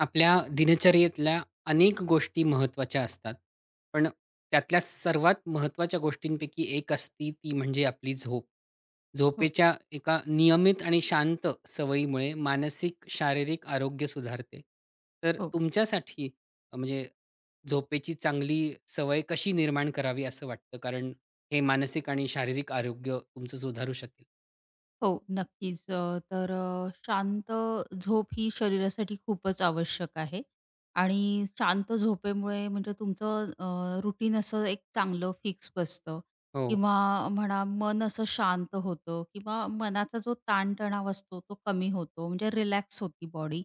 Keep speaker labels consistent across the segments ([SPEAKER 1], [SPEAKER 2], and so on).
[SPEAKER 1] आपल्या दिनचर्येतल्या अनेक गोष्टी महत्त्वाच्या असतात. पण त्यातल्या सर्वात महत्त्वाच्या गोष्टींपैकी एक असते ती म्हणजे आपली झोप.
[SPEAKER 2] हो,
[SPEAKER 1] झोपेच्या एका नियमित आणि शांत सवयीमुळे मानसिक, शारीरिक आरोग्य सुधारते. तर
[SPEAKER 2] हो,
[SPEAKER 1] तुमच्यासाठी म्हणजे झोपेची चांगली सवय कशी निर्माण करावी असं वाटतं? कारण हे मानसिक आणि शारीरिक आरोग्य तुमचं सुधारू शकेल.
[SPEAKER 2] हो, नक्कीच. तर शांत झोप ही शरीरासाठी खूपच आवश्यक आहे आणि शांत झोपेमुळे म्हणजे तुमचं रुटीन असं एक चांगलं फिक्स बसतं
[SPEAKER 1] हो.
[SPEAKER 2] किंवा म्हणा मन असं शांत होतं किंवा मनाचा जो ताणतणाव असतो तो कमी होतो म्हणजे रिलॅक्स होती बॉडी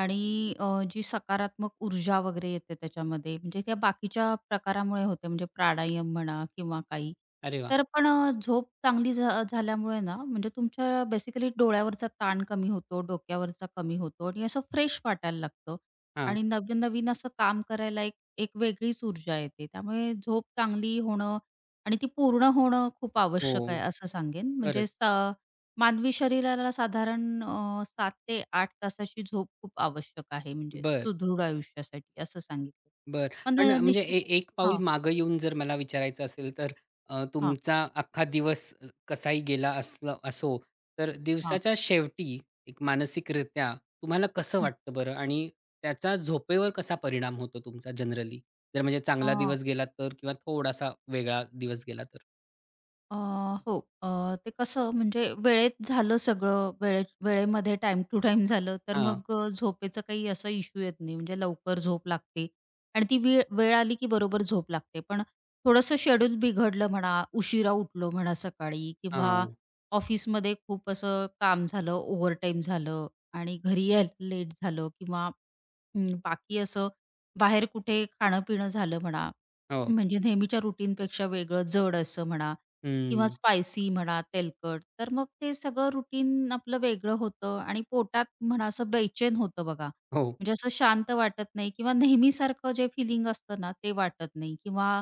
[SPEAKER 2] आणि अ, जी सकारात्मक ऊर्जा वगैरे येते त्याच्यामध्ये, म्हणजे त्या बाकीच्या प्रकारामुळे होते, म्हणजे प्राणायाम म्हणा किंवा काही.
[SPEAKER 1] अरे वाह!
[SPEAKER 2] तर पण झोप चांगली झाल्यामुळे ना, म्हणजे तुमच्या बेसिकली डोळ्यावरचा ताण कमी होतो, डोक्यावरचा कमी होतो आणि असं फ्रेश वाटायला लागतं
[SPEAKER 1] हां.
[SPEAKER 2] आणि नवीन-नवीन असं काम करायला एक एक वेगळीच ऊर्जा येते. त्यामुळे झोप चांगली होणं आणि ती पूर्ण होणं खूप
[SPEAKER 1] हो.
[SPEAKER 2] आवश्यक आहे असं सांगेन. म्हणजे
[SPEAKER 1] खरंच.
[SPEAKER 2] स मानवी शरीराला साधारण 7 ते 8 तासाची झोप खूप आवश्यक आहे, म्हणजे
[SPEAKER 1] बरं.
[SPEAKER 2] सुदृढ आयुष्यासाठी असं सांगितलं.
[SPEAKER 1] बरं.
[SPEAKER 2] पण
[SPEAKER 1] पण म्हणजे ए
[SPEAKER 2] निश्चितच.
[SPEAKER 1] एक पाऊल
[SPEAKER 2] हां,
[SPEAKER 1] मागे येऊन जर मला विचारायचं असेल तर
[SPEAKER 2] हां,
[SPEAKER 1] तुमचा अख्खा दिवस कसाही गेला असला असो, तर
[SPEAKER 2] हां.
[SPEAKER 1] दिवसाच्या शेवटी एक मानसिकरित्या तुम्हाला कसं
[SPEAKER 2] हं.
[SPEAKER 1] वाटतं बरं? आणि त्याचा झोपेवर कसा परिणाम होतो तुमचा जनरली? जर म्हणजे चांगला दिवस गेला तर किंवा थोडासा वेगळा दिवस गेला तर?
[SPEAKER 2] अ, हो. अ, ते कसं म्हणजे वेळेत झालं सगळं, वेळेमध्ये टाईम टू टाइम झालं, तर
[SPEAKER 1] हां,
[SPEAKER 2] मग झोपेचं काही असा इश्यू येत नाही. म्हणजे लवकर झोप लागते आणि ती वेळ वेळ आली की बरोबर झोप लागते. पण थोडंसं शेड्यूल बिघडलं म्हणा, उशिरा उठलो म्हणा सकाळी किंवा
[SPEAKER 1] हां.
[SPEAKER 2] ऑफिसमध्ये खूप असं काम झालं, ओव्हरटाईम झालं आणि घरी यायला लेट झालं किंवा बाकी असं बाहेर कुठे खाणं-पिणं झालं म्हणा,
[SPEAKER 1] हो.
[SPEAKER 2] म्हणजे नेहमीच्या रुटीनपेक्षा वेगळं, जड असं म्हणा किंवा
[SPEAKER 1] हं.
[SPEAKER 2] स्पायसी म्हणा, तेलकट. तर मग ते सगळं रुटीन आपलं वेगळं होतं आणि पोटात म्हणा असं बेचैन होतं बघा.
[SPEAKER 1] हो.
[SPEAKER 2] म्हणजे असं शांत वाटत नाही किंवा नेहमीसारखं जे फिलिंग असतं ना, ते वाटत नाही किंवा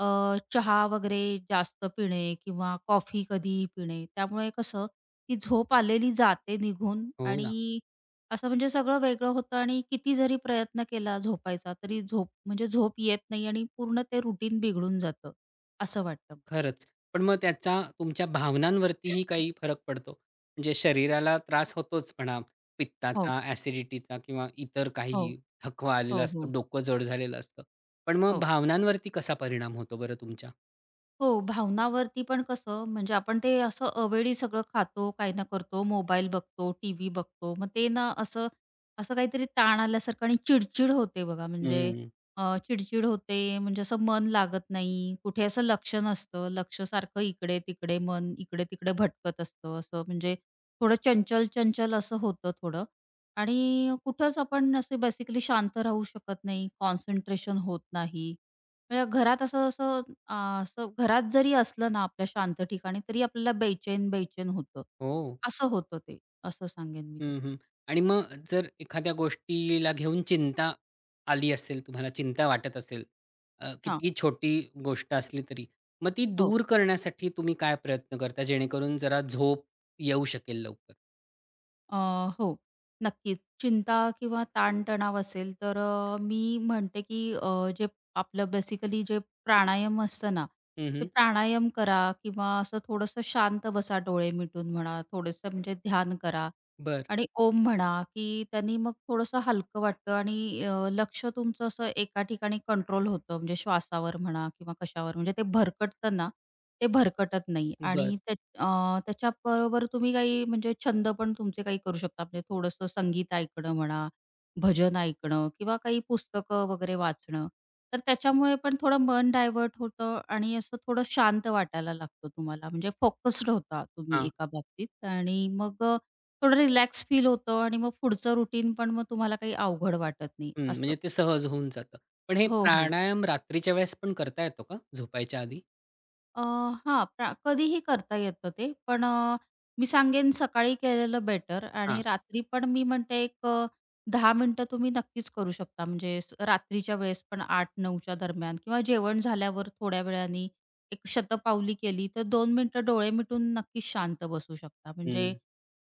[SPEAKER 2] अ, चहा वगैरे जास्त पिणे किंवा कॉफी कधीही पिणे. त्यामुळे कसं ती झोप आलेली जाते निघून
[SPEAKER 1] हो
[SPEAKER 2] आणि असं म्हणजे सगळं वेगळं होतं आणि किती जरी प्रयत्न केला झोपायचा, तरी झोप म्हणजे झोप येत नाही आणि पूर्ण ते रुटीन बिघडून जातं, असं वाटतं.
[SPEAKER 1] खरंच. पण मग त्याचा तुमच्या भावनांवरतीही काही फरक पडतो? म्हणजे शरीराला त्रास होतोच म्हणा,
[SPEAKER 2] हो.
[SPEAKER 1] पित्ताचा, ॲसिडिटीचा किंवा इतर
[SPEAKER 2] हो, हो.
[SPEAKER 1] काही थकवा आलेला
[SPEAKER 2] हो,
[SPEAKER 1] असतो,
[SPEAKER 2] हो.
[SPEAKER 1] डोकं जड झालेलं असतं. पण मग
[SPEAKER 2] हो.
[SPEAKER 1] भावनांवरती कसा परिणाम होतो बरं तुमच्या?
[SPEAKER 2] हो, भावनावरती पण कसं म्हणजे आपण ते असं अवेळी सगळं खातो, काही ना करतो, मोबाईल बघतो, टीव्ही बघतो. मग ते ना असं असं काहीतरी ताण आल्यासारखं आणि चिडचिड होते बघा म्हणजे
[SPEAKER 1] हं.
[SPEAKER 2] चिडचिड होते म्हणजे असं मन लागत नाही. कुठे असं लक्ष नसतं. लक्ष सारखं इकडे-तिकडे मन इकडे-तिकडे भटकत असतं. असं म्हणजे थोडं चंचल-चंचल असं होतं थोडं आणि कुठंच आपण असे बेसिकली शांत राहू शकत नाही. कॉन्सन्ट्रेशन होत नाही. म्हणजे घरात असं-असं अ, असं घरात जरी असलं ना आपल्या शांत ठिकाणी तरी आपल्याला बेचैन-बेचैन होतं.
[SPEAKER 1] हो.
[SPEAKER 2] असं होतं ते, असं सांगेन मी
[SPEAKER 1] हं,
[SPEAKER 2] त्याच्यात.
[SPEAKER 1] हं. आणि मग जर एखाद्या गोष्टीला घेऊन चिंता आली असेल तुम्हाला, चिंता वाटत असेल,
[SPEAKER 2] हां,
[SPEAKER 1] कितीही छोटी गोष्ट असली तरी, मग ती
[SPEAKER 2] हो.
[SPEAKER 1] दूर करण्यासाठी तुम्ही काय प्रयत्न करता जेणेकरून जरा झोप येऊ शकेल लवकर?
[SPEAKER 2] अ, हो, नक्कीच. चिंता किंवा ताणतणाव असेल तर मी म्हणते की जे आपलं बेसिकली जे प्राणायाम असतं ना, ते
[SPEAKER 1] हं,
[SPEAKER 2] प्राणायाम करा किंवा असं थोडंसं शांत बसा डोळे मिटून म्हणा, थोडंसं म्हणजे ध्यान करा.
[SPEAKER 1] बर
[SPEAKER 2] आणि ओम म्हणा, की त्यांनी मग थोडंसं हलकं वाटतं आणि लक्ष तुमचं असं एका ठिकाणी कंट्रोल होतं. म्हणजे श्वासावर म्हणा किंवा कशावर म्हणजे ते भरकटतं ना, ते भरकटत नाही
[SPEAKER 1] बरं,
[SPEAKER 2] आणि त्याच्याबरोबर तुम्ही काही म्हणजे छंद पण तुमचे काही करू शकता. म्हणजे थोडंसं संगीत ऐकणं म्हणा, भजन ऐकणं किंवा काही पुस्तकं वगैरे वाचणं. तर त्याच्यामुळे पण थोडं मन डायव्हर्ट होतं आणि असं थोडं शांत वाटायला लागतं तुम्हाला. म्हणजे फोकस्ड होता तुम्ही
[SPEAKER 1] हां.
[SPEAKER 2] एका बाबतीत आणि मग थोडं रिलॅक्स फील होतं आणि मग पुढचं रुटीन पण मग तुम्हाला काही अवघड वाटत नाही
[SPEAKER 1] हं,
[SPEAKER 2] असं.
[SPEAKER 1] म्हणजे ते सहज होऊन जातं. पण हे
[SPEAKER 2] हो, हो.
[SPEAKER 1] प्राणायाम रात्रीच्या वेळेस पण करता येतो का झोपायच्या आधी?
[SPEAKER 2] अ, हां, प्रा कधीही करता येतं ते. पण मी सांगेन सकाळी केलेलं बेटर
[SPEAKER 1] हां.
[SPEAKER 2] आणि रात्री पण मी म्हणते एक 10 मिनिटं तुम्ही नक्कीच करू शकता. म्हणजे स रात्रीच्या वेळेस पण 8:00-9:00च्या दरम्यान किंवा जेवण झाल्यावर थोड्या वेळाने एक शतपावली केली तर 2 मिनिटं डोळे मिटून नक्कीच शांत बसू शकता.
[SPEAKER 1] हं.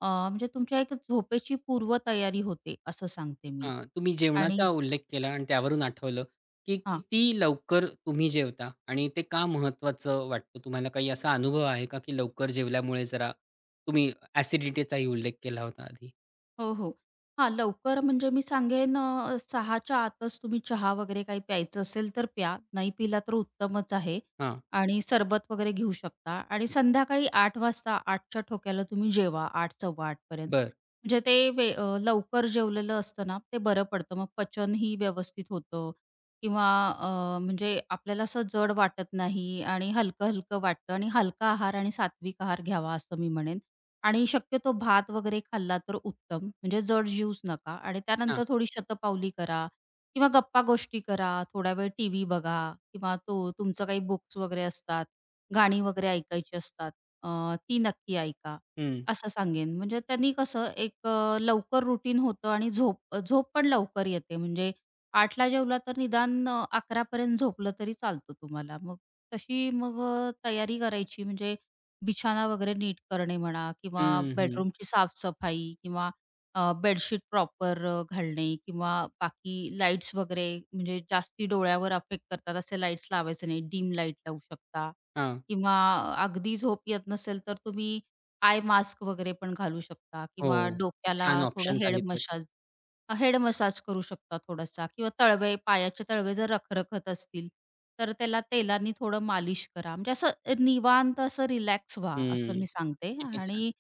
[SPEAKER 2] म्हणजे तुमच्या एक झोपेची पूर्वतयारी होते असं सांगते मी.
[SPEAKER 1] हां. तुम्ही
[SPEAKER 2] आणि
[SPEAKER 1] जेवणाचा उल्लेख केला आणि त्यावरून आठवलं, की
[SPEAKER 2] हां.
[SPEAKER 1] किती लवकर तुम्ही जेवता आणि ते का महत्त्वाचं वाटतं तुम्हाला? काही असा अनुभव आहे का, की लवकर जेवल्यामुळे जरा तुम्ही ॲसिडिटीचाही उल्लेख केला होता आधी.
[SPEAKER 2] हो, हो. हां, लवकर म्हणजे मी सांगेन 6च्या आतच तुम्ही चहा वगैरे काही प्यायचं असेल तर प्या. नाही पिला तर उत्तमच आहे
[SPEAKER 1] हां.
[SPEAKER 2] आणि सरबत वगैरे घेऊ शकता आणि संध्याकाळी आठ वाजता 8च्या ठोक्याला तुम्ही जेवा आठ 8:15 पर्यंत.
[SPEAKER 1] बरं.
[SPEAKER 2] म्हणजे ते वे अ, लवकर जेवलेलं असतं ना, ते बरं पडतं. मग पचनही व्यवस्थित होतं किंवा अ, म्हणजे आपल्याला असं जड वाटत नाही आणि हलकं-हलकं वाटतं आणि हलका आहार आणि सात्विक आहार घ्यावा असं मी म्हणेन. आणि शक्यतो भात वगैरे खाल्ला तर उत्तम, म्हणजे जड ज्यूज नका आणि
[SPEAKER 1] हां.
[SPEAKER 2] त्यानंतर थोडी शतपावली करा किंवा गप्पा-गोष्टी करा, थोडा वेळ टीव्ही बघा किंवा तो तुमचं काही बुक्स वगैरे असतात, गाणी वगैरे ऐकायची असतात ती नक्की ऐका,
[SPEAKER 1] हं.
[SPEAKER 2] असं सांगेन. म्हणजे त्यांनी कसं एक लवकर रुटीन होतं आणि झोप झोप पण लवकर येते. म्हणजे 8:00 जेवला तर निदान 11:00 पर्यंत झोपलं तरी चालतं तुम्हाला. मग तशी मग अ, तयारी करायची म्हणजे बिछाना वगैरे नीट करणे म्हणा किंवा
[SPEAKER 1] हं, हं.
[SPEAKER 2] बेडरूमची साफसफाई किंवा बेडशीट प्रॉपर घालणे किंवा बाकी लाईट्स वगैरे म्हणजे जास्ती डोळ्यावर अफेक्ट करतात असे लाईट्स लावायचे नाही डीम लाईट लावू शकता
[SPEAKER 1] हां.
[SPEAKER 2] किंवा अगदी झोप येत नसेल तर तुम्ही आय मास्क वगैरे पण घालू शकता
[SPEAKER 1] हो.
[SPEAKER 2] किंवा डोक्याला
[SPEAKER 1] छान
[SPEAKER 2] थोडा
[SPEAKER 1] ऑप्शन
[SPEAKER 2] हेड
[SPEAKER 1] सांगितलेत.
[SPEAKER 2] मसाज हेड मसाज करू शकता थोडासा किंवा पायाचे तळवे जर रखरखत असतील, तर त्याला तेलानी थोडं मालिश करा. म्हणजे असं निवांत असं रिलॅक्स व्हा, असं
[SPEAKER 1] हं.
[SPEAKER 2] मी सांगते
[SPEAKER 1] किती छान.
[SPEAKER 2] आणि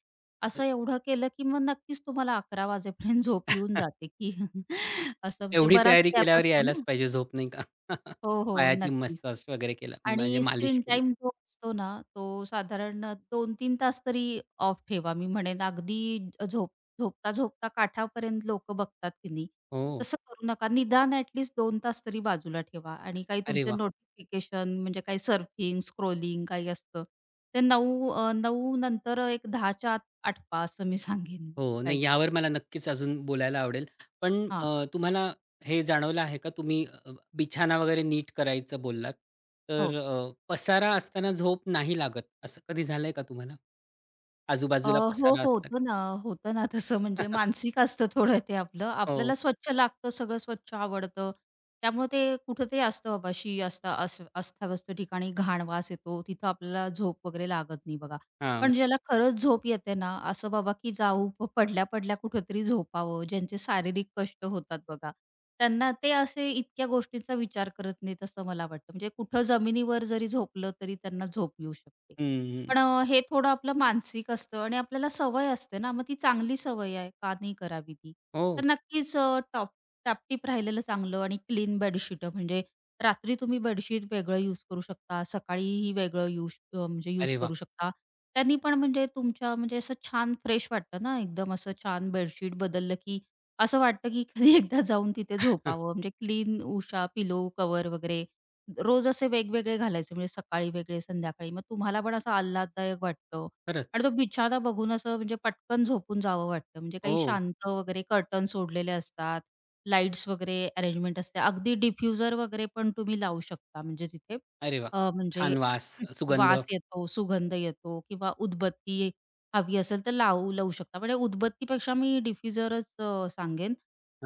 [SPEAKER 2] असं एवढं केलं, की मग नक्कीच तुम्हाला 11 वाजेपर्यंत झोप येऊन जाते, की असं म्हणजे
[SPEAKER 1] एवढी
[SPEAKER 2] बराच
[SPEAKER 1] तयारी
[SPEAKER 2] गॅप
[SPEAKER 1] केल्यावर
[SPEAKER 2] असतो
[SPEAKER 1] यायलाच
[SPEAKER 2] ना.
[SPEAKER 1] पाहिजे झोप नाही का?
[SPEAKER 2] हो, हो.
[SPEAKER 1] पायाची
[SPEAKER 2] नक्कीच.
[SPEAKER 1] मसाज वगैरे केला म्हणजे
[SPEAKER 2] आणि
[SPEAKER 1] मालिश
[SPEAKER 2] स्क्रीन
[SPEAKER 1] केली.
[SPEAKER 2] टाईम जो असतो ना, तो साधारण 2 तीन तास तरी ऑफ ठेवा. मी म्हणेन अगदी झोपता-झोपता काठापर्यंत लोक बघतात की नाही,
[SPEAKER 1] हो.
[SPEAKER 2] तसं करू नका. निदान ॲट लीस्ट 2 तास तरी बाजूला ठेवा आणि काही
[SPEAKER 1] अरे
[SPEAKER 2] तुमचे
[SPEAKER 1] वाह!
[SPEAKER 2] नोटिफिकेशन म्हणजे काही सर्फिंग, स्क्रोलिंग काही असतं, ते 9 नंतर एक 10च्या आत आटपा असं मी सांगेन मी
[SPEAKER 1] हो.
[SPEAKER 2] काय
[SPEAKER 1] नाही
[SPEAKER 2] करायचं.
[SPEAKER 1] यावर मला नक्कीच अजून बोलायला आवडेल. पण
[SPEAKER 2] हां,
[SPEAKER 1] तुम्हाला हे जाणवलं आहे का तुम्ही बिछाना वगैरे नीट करायचं बोललात. तर
[SPEAKER 2] हो.
[SPEAKER 1] पसारा असताना झोप नाही लागत असं कधी झालंय का तुम्हाला? आजूबाजूला
[SPEAKER 2] हो, हो.
[SPEAKER 1] पसारा असला की?
[SPEAKER 2] होतं ना, होतं ना तसं म्हणजे मानसिक असतं थोडं ते आपलं.
[SPEAKER 1] हो.
[SPEAKER 2] आपल्याला स्वच्छ लागतं, सगळं स्वच्छ आवडतं. त्यामुळे ते कुठेतरी असतं बाबा शी असता अस्ताव्यस्त ठिकाणी घाण वास येतो. तिथं आपल्याला झोप वगैरे लागत नाही बघा.
[SPEAKER 1] हां.
[SPEAKER 2] पण ज्याला खरंच झोप येते ना, असं बाबा की जाऊ पडल्या-पडल्या कुठेतरी झोपावं, ज्यांचे शारीरिक कष्ट होतात बघा, त्यांना ते असे इतक्या गोष्टींचा विचार करत नाहीत असं मला वाटतं. म्हणजे कुठं जमिनीवर जरी झोपलं, तरी त्यांना झोप येऊ शकते.
[SPEAKER 1] हं,
[SPEAKER 2] पण हे थोडं आपलं मानसिक असतं आणि आपल्याला सवय असते ना, मग ती चांगली सवय आहे, का नाही करावी ती?
[SPEAKER 1] हो.
[SPEAKER 2] तर नक्कीच अ, टॉप टापटीप राहिलेलं चांगलं आणि क्लीन बेडशीटं म्हणजे रात्री तुम्ही बेडशीट वेगळं यूज करू शकता, सकाळीही वेगळं यूज अ, म्हणजे यूज
[SPEAKER 1] अरे वाह!
[SPEAKER 2] करू शकता. त्यांनी पण म्हणजे तुमच्या म्हणजे असं छान फ्रेश वाटतं ना, एकदम असं छान बेडशीट बदललं की असं वाटतं की कधी एकदा जाऊन तिथे झोपावं म्हणजे क्लीन उषा पिलो कव्हर वगैरे रोज असे वेगवेगळे घालायचे म्हणजे सकाळी वेगळे, संध्याकाळी. मग तुम्हाला पण असं आल्हाददायक वाटतं
[SPEAKER 1] खरंच.
[SPEAKER 2] आणि तो बिछाना बघून असं म्हणजे पटकन झोपून जावं वाटतं. म्हणजे काही
[SPEAKER 1] हो.
[SPEAKER 2] शांत वगैरे कर्टन सोडलेले असतात, लाईट्स वगैरे अरेंजमेंट असते. अगदी डिफ्युजर वगैरे पण तुम्ही लावू शकता म्हणजे तिथे
[SPEAKER 1] अरे वाह!
[SPEAKER 2] अ, म्हणजे
[SPEAKER 1] छान वास, सुगंध.
[SPEAKER 2] वास येतो, सुगंध येतो किंवा उदबत्ती हवी असेल तर लावू लावू शकता. म्हणजे उदबत्तीपेक्षा मी डिफ्युजरच सांगेन.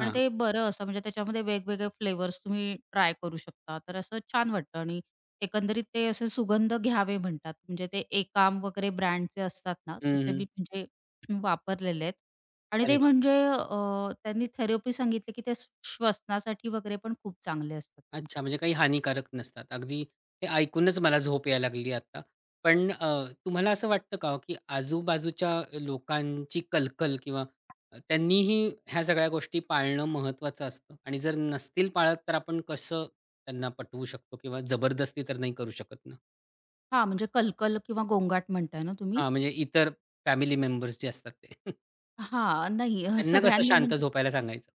[SPEAKER 2] आणि ते बरं असं म्हणजे त्याच्यामध्ये वेगवेगळे फ्लेवर्स तुम्ही ट्राय करू शकता. तर असं छान वाटतं आणि एकंदरीत ते असे सुगंध घ्यावे म्हणतात. म्हणजे ते एकाम वगैरे ब्रँडचे असतात ना, तसे
[SPEAKER 1] हं,
[SPEAKER 2] मी म्हणजे वापरलेले आहेत. आणि
[SPEAKER 1] अरे
[SPEAKER 2] ते
[SPEAKER 1] वाह!
[SPEAKER 2] म्हणजे त्यांनी थेरपी सांगितली, की ते श्वसनासाठी वगैरे पण खूप चांगले असतात तुमच्या.
[SPEAKER 1] अच्छा, म्हणजे काही हानिकारक नसतात. अगदी हे ऐकूनच मला झोप यायला लागली आता. पण तुम्हाला असं वाटतं का हो, की आजूबाजूच्या लोकांची कलकल किंवा त्यांनीही ह्या सगळ्या गोष्टी पाळणं महत्त्वाचं असतं? आणि जर नसतील पाळत तर आपण कसं त्यांना पटवू शकतो किंवा जबरदस्ती तर नाही करू शकत ना?
[SPEAKER 2] हां, म्हणजे कलकल किंवा गोंगाट म्हणताय ना तुम्ही?
[SPEAKER 1] हां, म्हणजे इतर फॅमिली मेंबर्स जे असतात ते. त्यांना कसं
[SPEAKER 2] सगळ्यांनी
[SPEAKER 1] शांत
[SPEAKER 2] म्हणजे
[SPEAKER 1] झोपायला सांगायचं?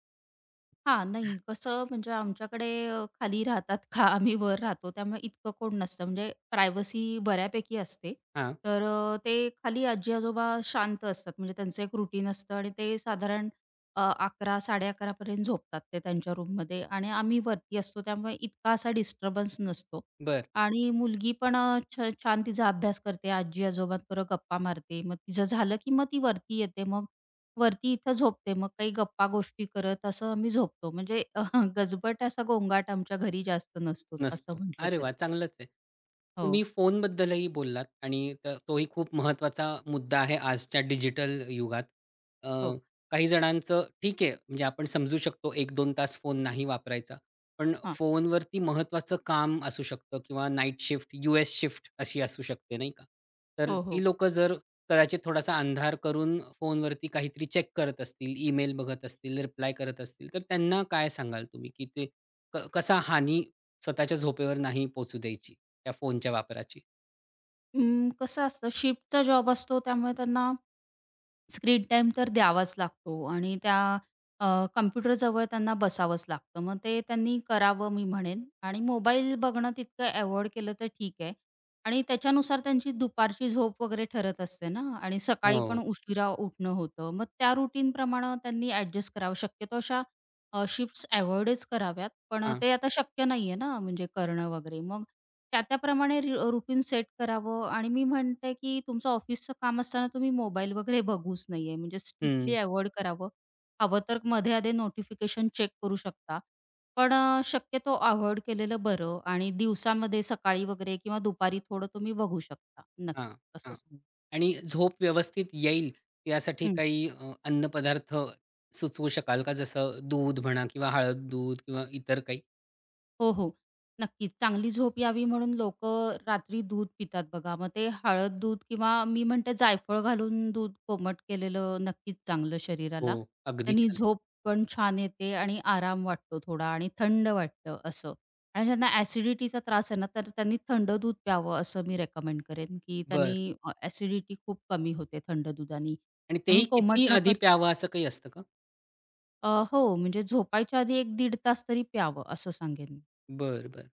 [SPEAKER 2] हां, नाही कसं म्हणजे आमच्याकडे खाली राहतात का आम्ही वर राहतो त्यामुळे इतकं कोण नसतं म्हणजे प्रायव्हसी बऱ्यापैकी असते.
[SPEAKER 1] हां,
[SPEAKER 2] तर ते खाली आजी-आजोबा शांत असतात म्हणजे त्यांचं एक रूटीन असतं आणि ते साधारण 11:00-11:30 पर्यंत झोपतात ते त्यांच्या रूममध्ये आणि आम्ही वरती असतो त्यामुळे इतका असा डिस्टर्बन्स नसतो.
[SPEAKER 1] बरं.
[SPEAKER 2] आणि मुलगी पण अ, छ छान तिचा अभ्यास करते, आजी-आजोबांबरोबर गप्पा मारते. मग तिचं झालं की मग ती वरती येते मग वरती इथं झोपते. मग काही गप्पा-गोष्टी करत असं आम्ही झोपतो. गजबट असा गोंगाट आमच्या घरी जास्त नसतोच असं
[SPEAKER 1] नसतो.
[SPEAKER 2] म्हटलं
[SPEAKER 1] अरे वाह!
[SPEAKER 2] तरी.
[SPEAKER 1] चांगलंच आहे.
[SPEAKER 2] हो,
[SPEAKER 1] तुम्ही फोनबद्दलही बोललात आणि तोही खूप महत्त्वाचा मुद्दा आहे आजच्या डिजिटल युगात. अ,
[SPEAKER 2] हो.
[SPEAKER 1] काही जणांचं ठीक आहे, म्हणजे आपण समजू शकतो 1-2 तास फोन नाही वापरायचा. पण
[SPEAKER 2] हां.
[SPEAKER 1] फोनवरती महत्त्वाचं काम असू शकतं किंवा नाईट शिफ्ट, यूएस शिफ्ट अशी असू शकते, नाही का? तर
[SPEAKER 2] हो,
[SPEAKER 1] ती
[SPEAKER 2] हो.
[SPEAKER 1] लोकं जर कदाचित थोडासा अंधार करून फोनवरती काहीतरी चेक करत असतील, ईमेल बघत असतील, रिप्लाय करत असतील, तर त्यांना काय सांगाल तुम्ही, की ते कसा हानी स्वतःच्या झोपेवर नाही पोहोचू द्यायची, त्या फोनच्या वापराची.
[SPEAKER 2] कसं असतं शिफ्टचा जॉब असतो त्यामुळे त्यांना स्क्रीन टाईम तर द्यावाच लागतो आणि अ, कॉम्प्युटरजवळ त्यांना बसावंच लागतं. मग ते त्यांनी करावं मी म्हणेन आणि मोबाईल बघणं तितकं अव्हॉइड केलं तर ठीक आहे आणि त्याच्यानुसार त्यांची दुपारची झोप वगैरे ठरत असते ना आणि सकाळी
[SPEAKER 1] हो.
[SPEAKER 2] पण उशिरा उठणं होतं. मग त्या रुटीनप्रमाणे त्यांनी ॲडजस्ट करावं. शक्यतो अशा शिफ्ट्स अव्हॉइडच कराव्यात. पण
[SPEAKER 1] हां.
[SPEAKER 2] ते आता शक्य नाहीये ना म्हणजे करणं वगैरे. मग त्या-त्याप्रमाणे रुटीन सेट करावं आणि मी म्हणते, की तुमचं ऑफिसचं काम असताना तुम्ही मोबाईल वगैरे बघूच नाहीये. म्हणजे
[SPEAKER 1] हं.
[SPEAKER 2] स्ट्रिक्टली अव्हॉइड करावं. हवं तर मध्ये-अधे नोटिफिकेशन चेक करू शकता. पण शक्यतो अव्हॉइड केलेलं बरं आणि दिवसामध्ये सकाळी वगैरे किंवा दुपारी थोडं तुम्ही बघू शकता.
[SPEAKER 1] हां,
[SPEAKER 2] नक्की असं
[SPEAKER 1] हां.
[SPEAKER 2] सांगेन.
[SPEAKER 1] आणि झोप व्यवस्थित येईल यासाठी काही अन्नपदार्थ सुचवू शकाल का? जसं दूध म्हणा किंवा हळद दूध किंवा इतर काही?
[SPEAKER 2] हो, हो. नक्कीच. चांगली झोप यावी म्हणून लोक रात्री दूध पितात बघा. मग ते हळद दूध किंवा मी म्हणते जायफळ घालून दूध कोमट केलेलं नक्कीच चांगलं
[SPEAKER 1] हो,
[SPEAKER 2] शरीराला.
[SPEAKER 1] अगदी
[SPEAKER 2] त्यांनी
[SPEAKER 1] छान.
[SPEAKER 2] झोप पण छान येते आणि आराम वाटतो थोडा आणि थंड वाटतं असं. आणि ज्यांना ॲसिडिटीचा त्रास आहे ना, तर त्यांनी थंड दूध प्यावं असं मी रेकमेंड करेन, की
[SPEAKER 1] बरं
[SPEAKER 2] त्यांनी खूप कमी होते थंड दुधानी.
[SPEAKER 1] आणि तेही
[SPEAKER 2] म्हणून कोमट
[SPEAKER 1] किती
[SPEAKER 2] न
[SPEAKER 1] आधी
[SPEAKER 2] कर
[SPEAKER 1] प्यावं असं काही असतं का?
[SPEAKER 2] अ, हो, म्हणजे झोपायच्या आधी 1 दीड तास तरी प्यावं असं सांगेन मी.
[SPEAKER 1] बरं, बरं.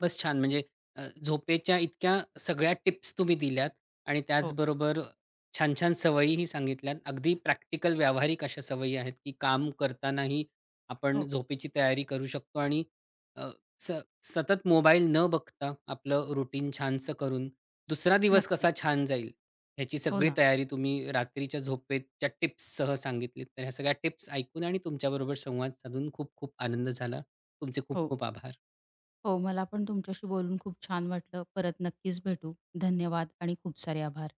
[SPEAKER 2] हो,
[SPEAKER 1] छान. म्हणजे झोपेच्या इतक्या सगळ्या टिप्स तुम्ही दिल्यात आणि
[SPEAKER 2] हो,
[SPEAKER 1] त्याचबरोबर छान-छान सवयीही सांगितल्यात. अगदी प्रॅक्टिकल व्यावहारिक अशा सवयी आहेत, की काम करतानाही आपण
[SPEAKER 2] हो.
[SPEAKER 1] झोपेची तयारी करू शकतो आणि अ, स सतत मोबाईल न बघता आपलं रुटीन छानसं करून दुसरा दिवस
[SPEAKER 2] नक्की.
[SPEAKER 1] कसा छान जाईल ह्याची
[SPEAKER 2] हो
[SPEAKER 1] सगळी
[SPEAKER 2] ना.
[SPEAKER 1] तयारी तुम्ही रात्रीच्या झोपेच्या टिप्ससह सांगितलीत. तर ह्या सगळ्या टिप्स ऐकून आणि तुमच्याबरोबर संवाद साधून खूप खूप आनंद झाला. तुमचे खूप
[SPEAKER 2] हो.
[SPEAKER 1] खूप आभार.
[SPEAKER 2] हो, मला पण तुमच्याशी बोलून खूप छान वाटलं. परत नक्कीच भेटू. धन्यवाद आणि खूप सारे आभार.